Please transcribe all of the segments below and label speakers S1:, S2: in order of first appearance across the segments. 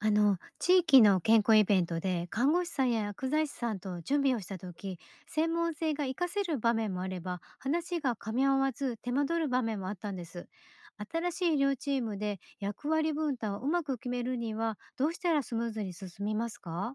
S1: あの地域の健康イベントで看護師さんや薬剤師さんと準備をした時、専門性が活かせる場面もあれば、話が噛み合わず手間取る場面もあったんです。新しい医療チームで役割分担をうまく決めるには、どうしたらスムーズに進みますか？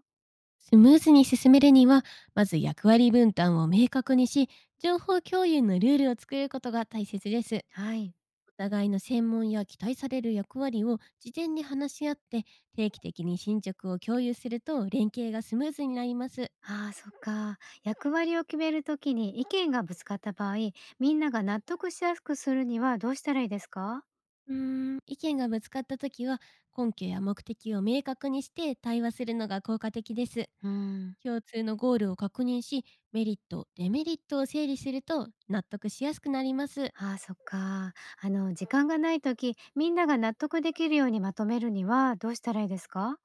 S2: スムーズに進めるには、まず役割分担を明確にし、情報共有のルールを作ることが大切です。
S1: はい。
S2: お互いの専門や期待される役割を事前に話し合って、定期的に進捗を共有すると連携がスムーズになります。
S1: ああ、そっか。役割を決める時に意見がぶつかった場合、みんなが納得しやすくするにはどうしたらいいですか？
S2: 意見がぶつかった時は、根拠や目的を明確にして対話するのが効果的です。
S1: うん。
S2: 共通のゴールを確認し、メリット、デメリットを整理すると納得しやすくなります。
S1: ああ、そっか。時間がない時、みんなが納得できるようにまとめるにはどうしたらいいですか？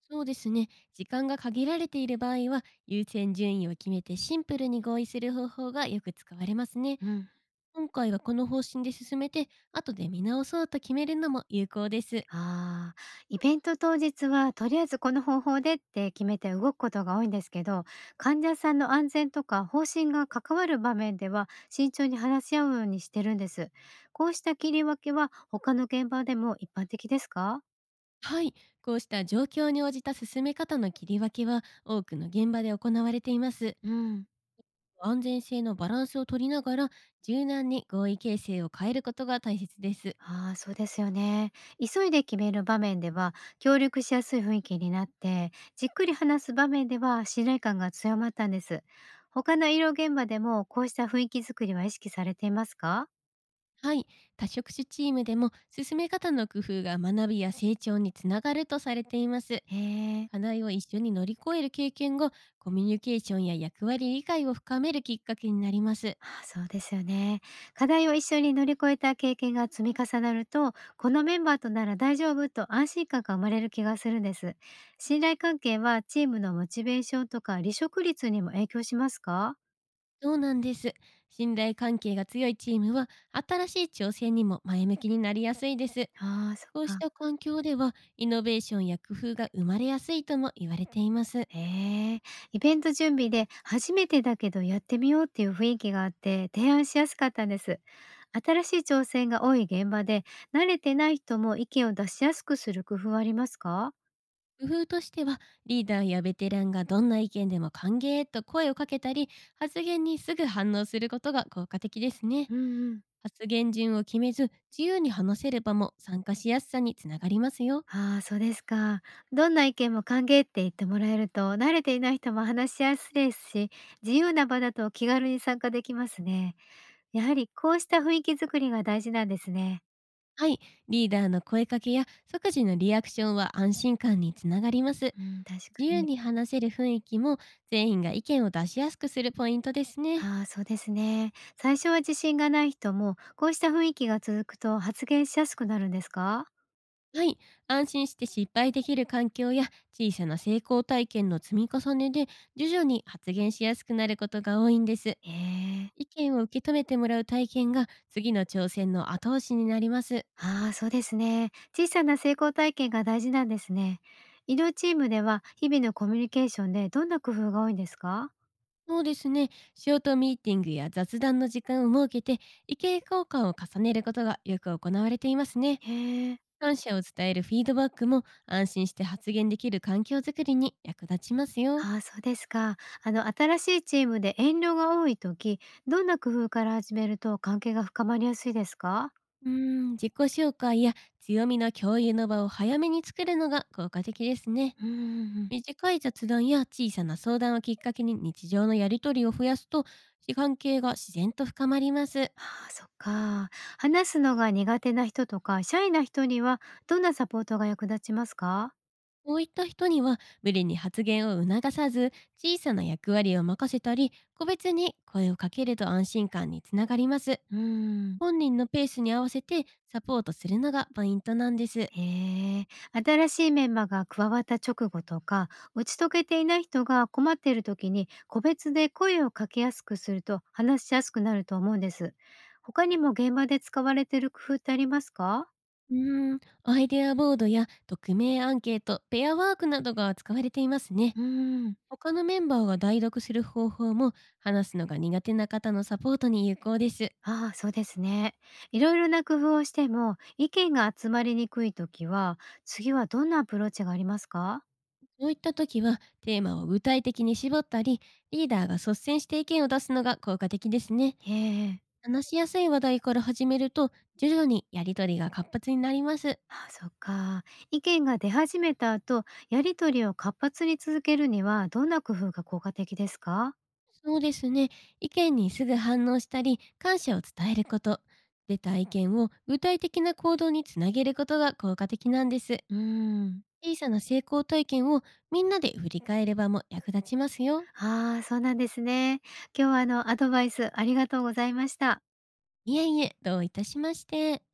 S2: そうですね。時間が限られている場合は、優先順位を決めてシンプルに合意する方法がよく使われますね。
S1: うん。
S2: 今回はこの方針で進めて、後で見直そうと決めるのも有効です。
S1: ああ、イベント当日はとりあえずこの方法でって決めて動くことが多いんですけど、患者さんの安全とか方針が関わる場面では慎重に話し合うようにしてるんです。こうした切り分けは他の現場でも一般的ですか？
S2: はい。こうした状況に応じた進め方の切り分けは、多くの現場で行われています。
S1: うん。
S2: 安全性のバランスを取りながら、柔軟に合意形成を変えることが大切です。
S1: ああ、そうですよね。急いで決める場面では協力しやすい雰囲気になって、じっくり話す場面では信頼感が強まったんです。他の医療現場でもこうした雰囲気作りは意識されていますか？
S2: はい、多職種チームでも進め方の工夫が学びや成長につながるとされています。
S1: ええ。
S2: 課題を一緒に乗り越える経験が、コミュニケーションや役割理解を深めるきっかけになります。
S1: ああ、そうですよね。課題を一緒に乗り越えた経験が積み重なると、このメンバーとなら大丈夫と安心感が生まれる気がするんです。信頼関係はチームのモチベーションとか離職率にも影響しますか？
S2: そうなんです。信頼関係が強いチームは、新しい挑戦にも前向きになりやすいです。
S1: ああ、そっ
S2: こうし
S1: か。
S2: た環境では、イノベーションや工夫が生まれやすいとも言われています。
S1: へえ、イベント準備で初めてだけどやってみようっていう雰囲気があって提案しやすかったんです。新しい挑戦が多い現場で、慣れてない人も意見を出しやすくする工夫はありますか？
S2: 工夫としては、リーダーやベテランがどんな意見でも歓迎と声をかけたり、発言にすぐ反応することが効果的ですね。
S1: うん、うん。
S2: 発言順を決めず、自由に話せる場も参加しやすさにつながりますよ。
S1: ああ、そうですか。どんな意見も歓迎って言ってもらえると、慣れていない人も話しやすいですし、自由な場だと気軽に参加できますね。やはりこうした雰囲気作りが大事なんですね。
S2: はい、リーダーの声かけや即時のリアクションは安心感につながります。
S1: うん、確か
S2: 自由
S1: に。
S2: に話せる雰囲気も、全員が意見を出しやすくするポイントですね。
S1: ああ、そうですね。最初は自信がない人も、こうした雰囲気が続くと発言しやすくなるんですか？
S2: はい。安心して失敗できる環境や小さな成功体験の積み重ねで、徐々に発言しやすくなることが多いんです。
S1: ええ。
S2: 意見を受け止めてもらう体験が、次の挑戦の後押しになります。
S1: ああ、そうですね。小さな成功体験が大事なんですね。医療チームでは、日々のコミュニケーションでどんな工夫が多いんですか？
S2: そうですね。ショートミーティングや雑談の時間を設けて、意見交換を重ねることがよく行われていますね。
S1: へえ。
S2: 感謝を伝えるフィードバックも、安心して発言できる環境づくりに役立ちますよ。
S1: ああ、そうですか。新しいチームで遠慮が多い時、どんな工夫から始めると関係が深まりやすいですか？
S2: 自己紹介や強みの共有の場を早めに作るのが効果的ですね。
S1: うん、うん。
S2: 短い雑談や小さな相談をきっかけに日常のやりとりを増やすと、関係が自然と深まります。
S1: ああ、そっか。話すのが苦手な人とか、シャイな人には、どんなサポートが役立ちますか？
S2: こういった人には、無理に発言を促さず、小さな役割を任せたり、個別に声をかけると安心感につながります。
S1: うーん。
S2: 本人のペースに合わせてサポートするのがポイントなんです。
S1: へえ、新しいメンバーが加わった直後とか、打ち解けていない人が困っている時に、個別で声をかけやすくすると話しやすくなると思うんです。他にも現場で使われている工夫ってありますか？
S2: アイデアボードや匿名アンケート、ペアワークなどが使われていますね。
S1: うーん。
S2: 他のメンバーが代読する方法も、話すのが苦手な方のサポートに有効です。
S1: ああ、そうですね。いろいろな工夫をしても、意見が集まりにくい時は、次はどんなアプローチがありますか？
S2: そういった時は、テーマを具体的に絞ったり、リーダーが率先して意見を出すのが効果的ですね。
S1: ええ。
S2: 話しやすい話題から始めると、徐々にやりとりが活発になります。
S1: あ、そっか。意見が出始めた後、やり取りを活発に続けるにはどんな工夫が効果的ですか？
S2: そうですね。意見にすぐ反応したり、感謝を伝えること。出た意見を具体的な行動につなげることが効果的なんです。
S1: うーん。
S2: 小さな成功体験をみんなで振り返ればも役立ちますよ。
S1: ああ、そうなんですね。今日はアドバイスありがとうございました。
S2: いえいえ、どういたしまして。